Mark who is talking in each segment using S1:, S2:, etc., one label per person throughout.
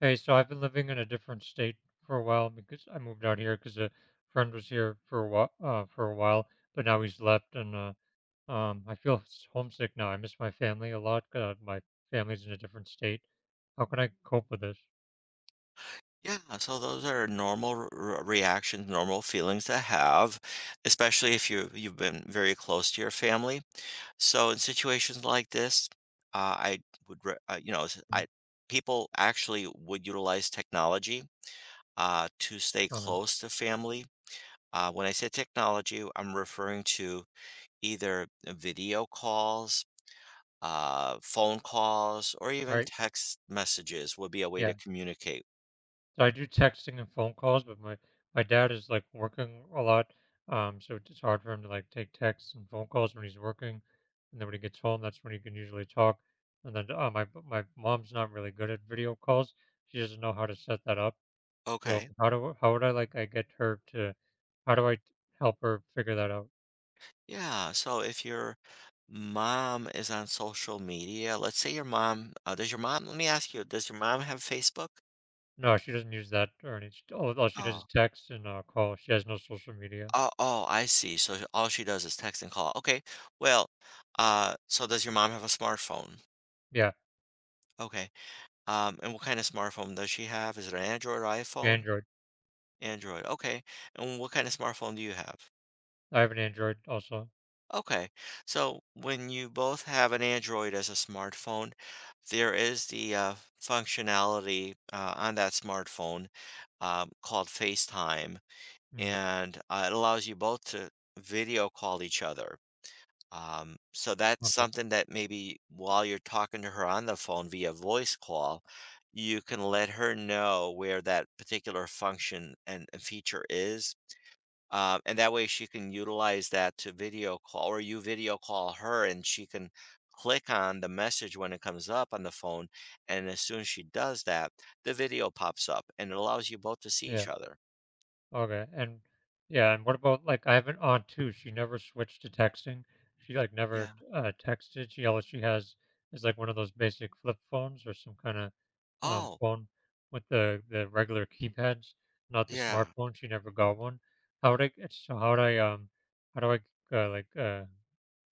S1: Hey, so I've been living in a different state for a while because I moved out here because a friend was here for a while, but now he's left, and I feel homesick now. I miss my family a lot. My family's in a different state. How can I cope with this?
S2: Yeah, so those are normal r r reactions, normal feelings to have, especially if you've been very close to your family. So in situations like this, I would re you know, s-
S1: Mm.
S2: I people actually would utilize technology to stay
S1: Okay.
S2: close to family. When I say technology, I'm referring to either video calls, phone calls, or
S1: All
S2: even
S1: right.
S2: text messages would be a way to
S1: Yeah.
S2: communicate.
S1: So I do texting and phone calls, but my dad is like working a lot, so it's hard for him to like take texts and phone calls when he's working, and then when he gets home, that's when he can usually talk. And then my mom's not really good at video calls; she doesn't know how to set that up. So
S2: Okay.
S1: how would I get her to? How do I t- Help her figure that out?
S2: Yeah, so if your mom is on social media, let's say your mom, does your mom, let me ask you, does your mom have Facebook?
S1: No, she doesn't use that or any. All she does
S2: Oh,
S1: is text and call. She has no social media.
S2: oh, I see. So all she does is text and call. Okay. Well, so does your mom have a smartphone?
S1: Yeah,
S2: Okay. And what kind of smartphone does she have? Is it an Android or iPhone?
S1: Android.
S2: Android. Okay. And what kind of smartphone do you have?
S1: I have an Android also.
S2: Okay. So when you both have an Android as a smartphone, there is the functionality on that smartphone called FaceTime,
S1: Mhm.
S2: and it allows you both to video call each other. So that's
S1: Okay.
S2: something that maybe while you're talking to her on the phone via voice call, you can let her know where that particular function and feature is, and that way she can utilize that to video call, or you video call her and she can click on the message when it comes up on the phone. And as soon as she does that, the video pops up and it allows you both to see each
S1: Yeah.
S2: other.
S1: Okay, and yeah, and what about like I have an aunt too, she never switched to texting. She like
S2: Yeah.
S1: never texted. She all she has is like one of those basic flip phones or some kind of
S2: Oh,
S1: phone with the regular keypads, not the
S2: yeah.
S1: smartphone. She never got one. How would I how do I like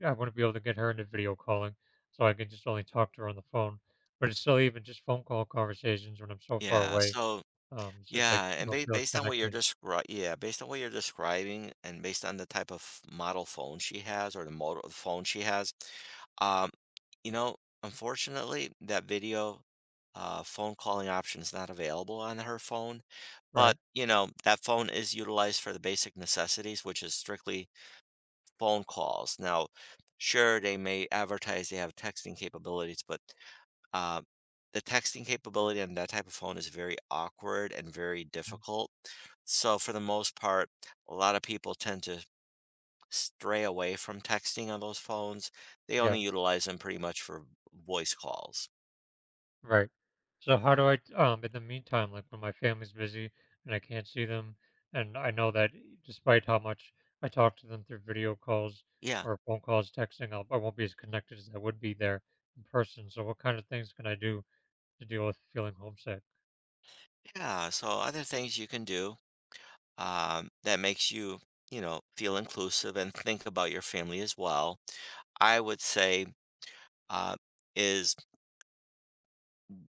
S1: I want to be able to get her into video calling so I can just only talk to her on the phone. But it's still even just phone call conversations when I'm so far
S2: Yeah.
S1: away.
S2: So
S1: It's just like
S2: Yeah,
S1: I
S2: and
S1: don't
S2: ba
S1: feel
S2: based on what
S1: connected,
S2: based on what you're describing, and based on the model phone she has, um, you know, unfortunately, that phone calling option is not available on her phone, but,
S1: right?
S2: you know, that phone is utilized for the basic necessities, which is strictly phone calls. Now, sure, they may advertise they have texting capabilities, but uh, the texting capability on that type of phone is very awkward and very difficult. So, for the most part, a lot of people tend to stray away from texting on those phones. They
S1: Yeah,
S2: only utilize them pretty much for voice calls.
S1: right. So how do I in the meantime, like when my family's busy and I can't see them, and I know that despite how much I talk to them through video calls
S2: Yeah.
S1: or phone calls, texting, I won't be as connected as I would be there in person. So what kind of things can I do to deal with feeling homesick?
S2: Yeah. So, other things you can do that makes you, you know, feel inclusive and think about your family as well, I would say, uh, is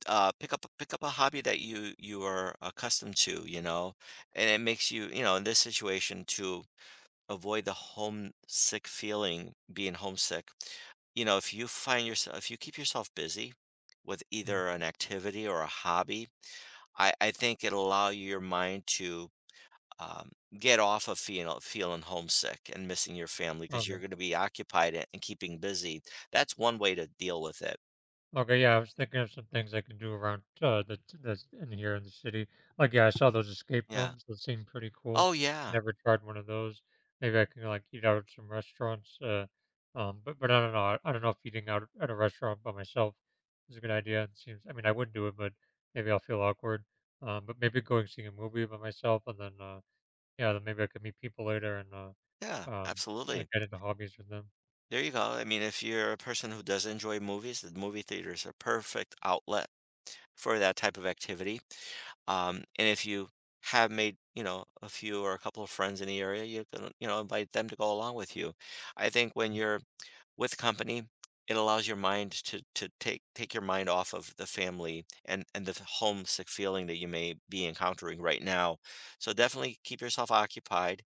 S2: pick up a hobby that you are accustomed to, you know, and it makes you, you know, in this situation to avoid the homesick feeling, being homesick. You know, if you find yourself, if you keep yourself busy with
S1: Mm.
S2: either an activity or a hobby, I think it'll allow your mind to um, get off of feeling homesick and missing your family, because you're
S1: Okay.
S2: going to be occupied and keeping busy. That's one way to deal with it.
S1: Okay, yeah, I was thinking of some things I can do around the that's in here in the city. Like, yeah, I saw those escape
S2: Yeah.
S1: rooms; those seemed pretty cool.
S2: Oh yeah.
S1: Never tried one of those. Maybe I can like eat out at some restaurants. But I don't know. I don't know if eating out at a restaurant by myself is a good idea. It seems. I mean, I would do it, but maybe I'll feel awkward. But maybe going seeing a movie by myself, and then yeah, then maybe I could meet people later and
S2: Yeah.
S1: um,
S2: Absolutely.
S1: like get into hobbies with them.
S2: There you go. I mean, if you're a person who does enjoy movies, the movie theater is a perfect outlet for that type of activity. And if you have made, you know, a few or a couple of friends in the area, you can, you know, invite them to go along with you. I think when you're with company, it allows your mind to take your mind off of the family and the homesick feeling that you may be encountering right now. So definitely keep yourself occupied,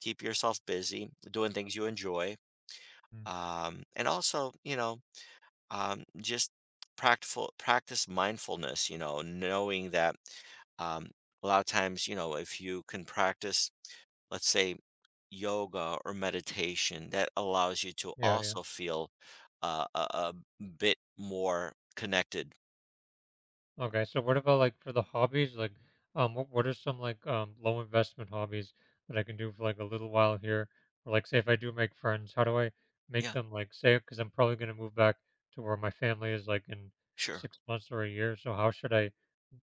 S2: keep yourself busy, doing things you enjoy,
S1: Mhm.
S2: and also, you know, just practical practice mindfulness, you know, knowing that, um, a lot of times, you know, if you can practice, let's say, yoga or meditation, that allows you to
S1: Yeah, yeah.
S2: also feel a bit more connected.
S1: Okay, so what about like for the hobbies? Like, what are some like low investment hobbies that I can do for like a little while here? Or like, say, if I do make friends, how do I make
S2: Yeah.
S1: them like say? Because I'm probably gonna move back to where my family is like in
S2: Sure.
S1: 6 months or a year. So how should I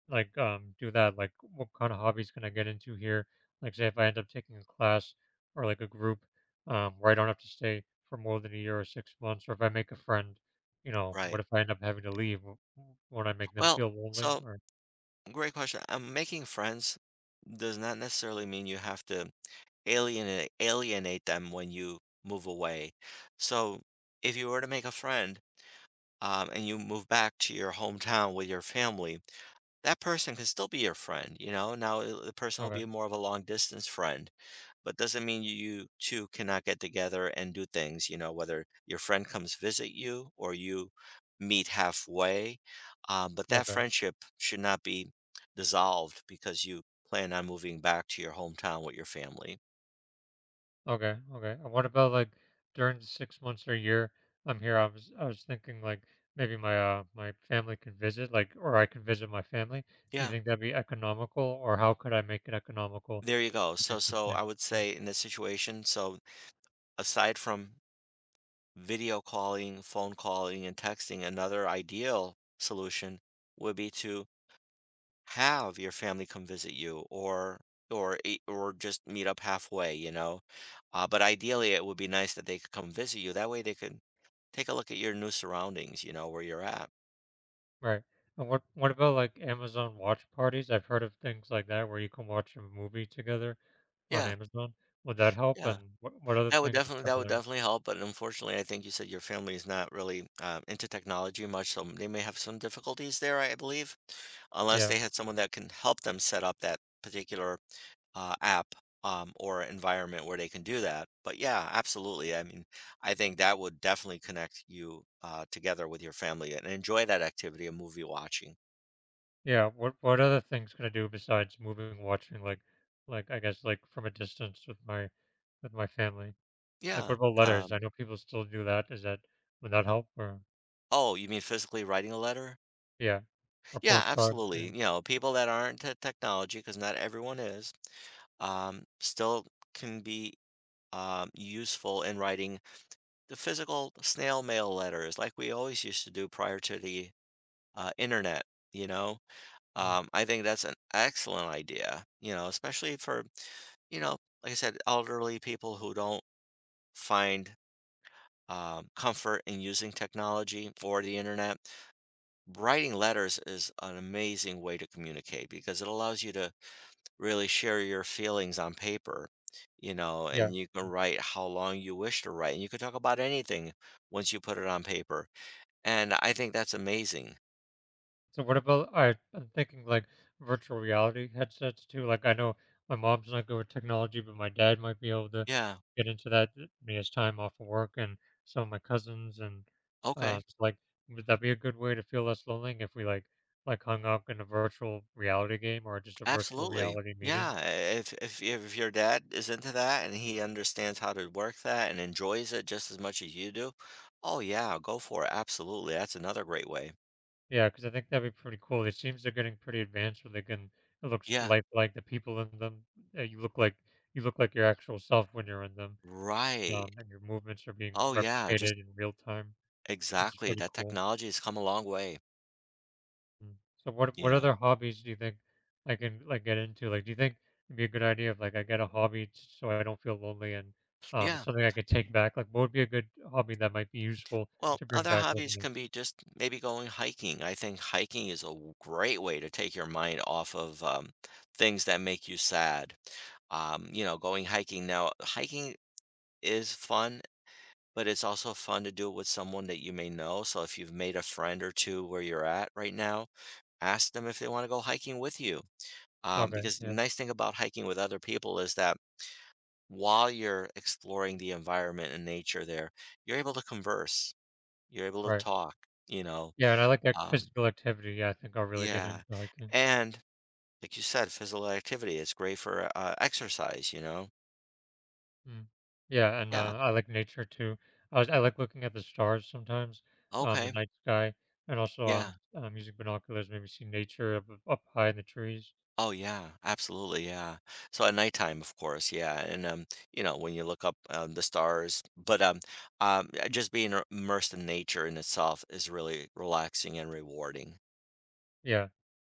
S1: like do that, like what kind of hobbies can I get into here, like say if I end up taking a class or like a group where I don't have to stay for more than a year or 6 months, or if I make a friend, you know,
S2: Right.
S1: what if I end up having to leave? Won't I make them
S2: Well,
S1: feel lonely
S2: so,
S1: or
S2: great question. Um, making friends does not necessarily mean you have to alienate them when you move away. So if you were to make a friend, and you move back to your hometown with your family, that person can still be your friend. You know, now the person will
S1: okay
S2: be more of a long distance friend, but doesn't mean you two cannot get together and do things. You know, whether your friend comes visit you or you meet halfway, but that
S1: okay.
S2: friendship should not be dissolved because you plan on moving back to your hometown with your family.
S1: Okay, okay, and what about like during the 6 months or year I'm here? I was thinking like maybe my family could visit, like, or I could visit my family. Do you
S2: Yeah.
S1: think that'd be economical, or how could I make it economical
S2: There you go.
S1: to do
S2: So I
S1: something?
S2: would say in this situation, so aside from video calling, phone calling, and texting, another ideal solution would be to have your family come visit you, or just meet up halfway, you know. But ideally it would be nice that they could come visit you. That way they could take a look at your new surroundings, you know, where you're at.
S1: Right. And what about like Amazon watch parties? I've heard of things like that where you can watch a movie together on
S2: Yeah.
S1: Amazon. Would that help?
S2: Yeah.
S1: And what other
S2: That would
S1: things are
S2: definitely that would
S1: similar?
S2: definitely help, but unfortunately, I think you said your family is not really, into technology much, so they may have some difficulties there, I believe, unless
S1: Yeah.
S2: they had someone that can help them set up that particular, app, or environment where they can do that. But yeah, absolutely, I mean, I think that would definitely connect you, together with your family and enjoy that activity of movie watching.
S1: Yeah. What other things can I do besides moving and watching, like I guess like from a distance with my family? Like
S2: Yeah,
S1: what about letters? I
S2: um
S1: know people still do that. Is that would that help or
S2: Oh, you mean physically writing a letter?
S1: yeah. Or
S2: Yeah,
S1: postcards,
S2: absolutely.
S1: yeah.
S2: You know, people that aren't to technology, because not everyone is, still can be useful in writing the physical snail mail letters like we always used to do prior to the internet. You know,
S1: Mm.
S2: I think that's an excellent idea, you know, especially for, you know, like I said, elderly people who don't find comfort in using technology or the internet. Writing letters is an amazing way to communicate because it allows you to really share your feelings on paper, you know,
S1: Yeah.
S2: and you can write how long you wish to write, and you can talk about anything once you put it on paper. And I think that's amazing.
S1: So what about I'm thinking like virtual reality headsets too. Like I know my mom's not good with technology, but my dad might be able to
S2: Yeah.
S1: get into that when he has time off of work, and some of my cousins. And
S2: Okay.
S1: it's like, would that be a good way to feel less lonely if we like hung up in a virtual reality game or just a virtual
S2: Absolutely.
S1: reality meeting?
S2: Yeah. If your dad is into that and he understands how to work that and enjoys it just as much as you do, oh yeah, go for it. Absolutely. That's another great way.
S1: Yeah, because I think that'd be pretty cool. It seems they're getting pretty advanced where they can. It looks
S2: Yeah.
S1: lifelike. The people in them, uh, you look like you look like your actual self when you're in them.
S2: Right.
S1: And your movements are being
S2: Oh yeah, just
S1: replicated in real time, which is
S2: exactly.
S1: pretty
S2: That
S1: cool.
S2: technology has come a long way.
S1: Mm. So what
S2: Yeah.
S1: other hobbies do you think I can like get into? Like, do you think it'd be a good idea if like I get a hobby so I don't feel lonely and
S2: Yeah.
S1: it's something I could take back? Like, what would be a good hobby that might be useful
S2: Well,
S1: to bring
S2: other
S1: back with
S2: hobbies
S1: me?
S2: can be just maybe going hiking. I think hiking is a great way to take your mind off of, things that make you sad. You know, going hiking, now, hiking is fun, but it's also fun to do it with someone that you may know. So if you've made a friend or two where you're at right now, ask them if they want to go hiking with you.
S1: Okay,
S2: Because the
S1: yeah,
S2: nice thing about hiking with other people is that while you're exploring the environment and nature there, you're able to converse, you're able to
S1: right,
S2: talk, you know,
S1: yeah, and I like
S2: um,
S1: physical activity. Yeah, I think I'll really get
S2: yeah,
S1: into hiking.
S2: and like you said, physical activity is great for, exercise, you know?
S1: Mm. Yeah, and,
S2: Yeah.
S1: I like nature too. I like looking at the stars sometimes, the
S2: Okay.
S1: night sky, and also,
S2: Yeah.
S1: using binoculars, maybe see nature up high in the trees.
S2: Oh, yeah. Absolutely. Yeah. So at nighttime, of course. Yeah. And, you know, when you look up, the stars, but just being immersed in nature in itself is really relaxing and rewarding.
S1: Yeah.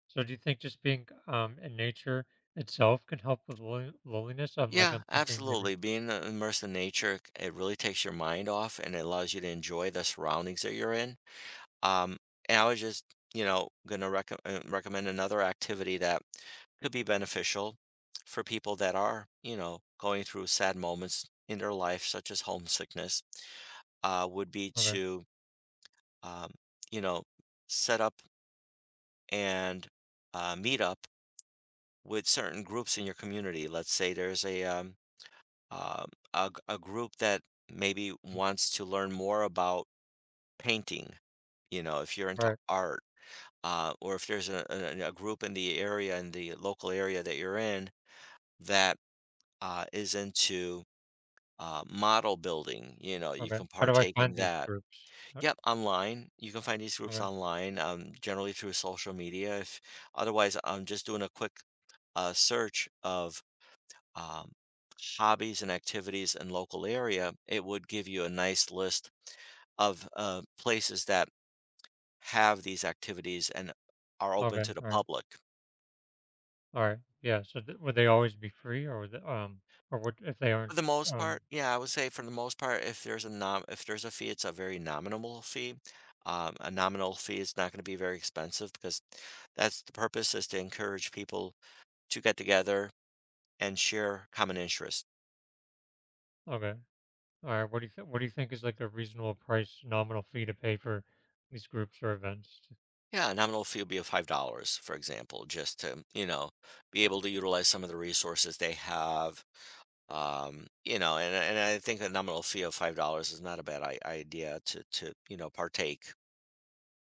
S1: So do you think just being, in nature itself can help with loneliness?
S2: Yeah,
S1: I'm thinking maybe
S2: absolutely. Being immersed in nature, it really takes your mind off and it allows you to enjoy the surroundings that you're in. Um, and I was just, you know, going to recommend another activity that could be beneficial for people that are, you know, going through sad moments in their life, such as homesickness, would be
S1: okay.
S2: to, um, you know, set up and meet up with certain groups in your community. Let's say there's a, um a group that maybe
S1: Mm.
S2: wants to learn more about painting, you know, if you're
S1: All
S2: into
S1: right.
S2: art, or if there's a group in the area, in the local area that you're in, that is into model building, you know, you
S1: Okay.
S2: can
S1: How do I
S2: partake in
S1: find these
S2: that.
S1: groups? Uh,
S2: Yep, online. You can find these groups
S1: okay.
S2: online, generally through social media. If otherwise, I'm just doing a quick search of, um, hobbies and activities in local area. It would give you a nice list of places that have these activities and are open
S1: Okay.
S2: to the
S1: Alright.
S2: public.
S1: Alright. Yeah, so th would they always be free, or would the or would if they
S2: For the
S1: aren't,
S2: most
S1: um
S2: part, yeah, I would say for the most part, if there's a nom if there's a fee, it's a very nominal fee. A nominal fee is not going to be very expensive because that's the purpose, is to encourage people to get together and share common interests.
S1: okay. Alright, what do you think is, like, a reasonable price nominal fee to pay for these groups or events?
S2: Yeah, a nominal fee would be of $5, for example, just to, you know, be able to utilize some of the resources they have. You know, and I think a nominal fee of $5 is not a bad I idea to, you know, partake.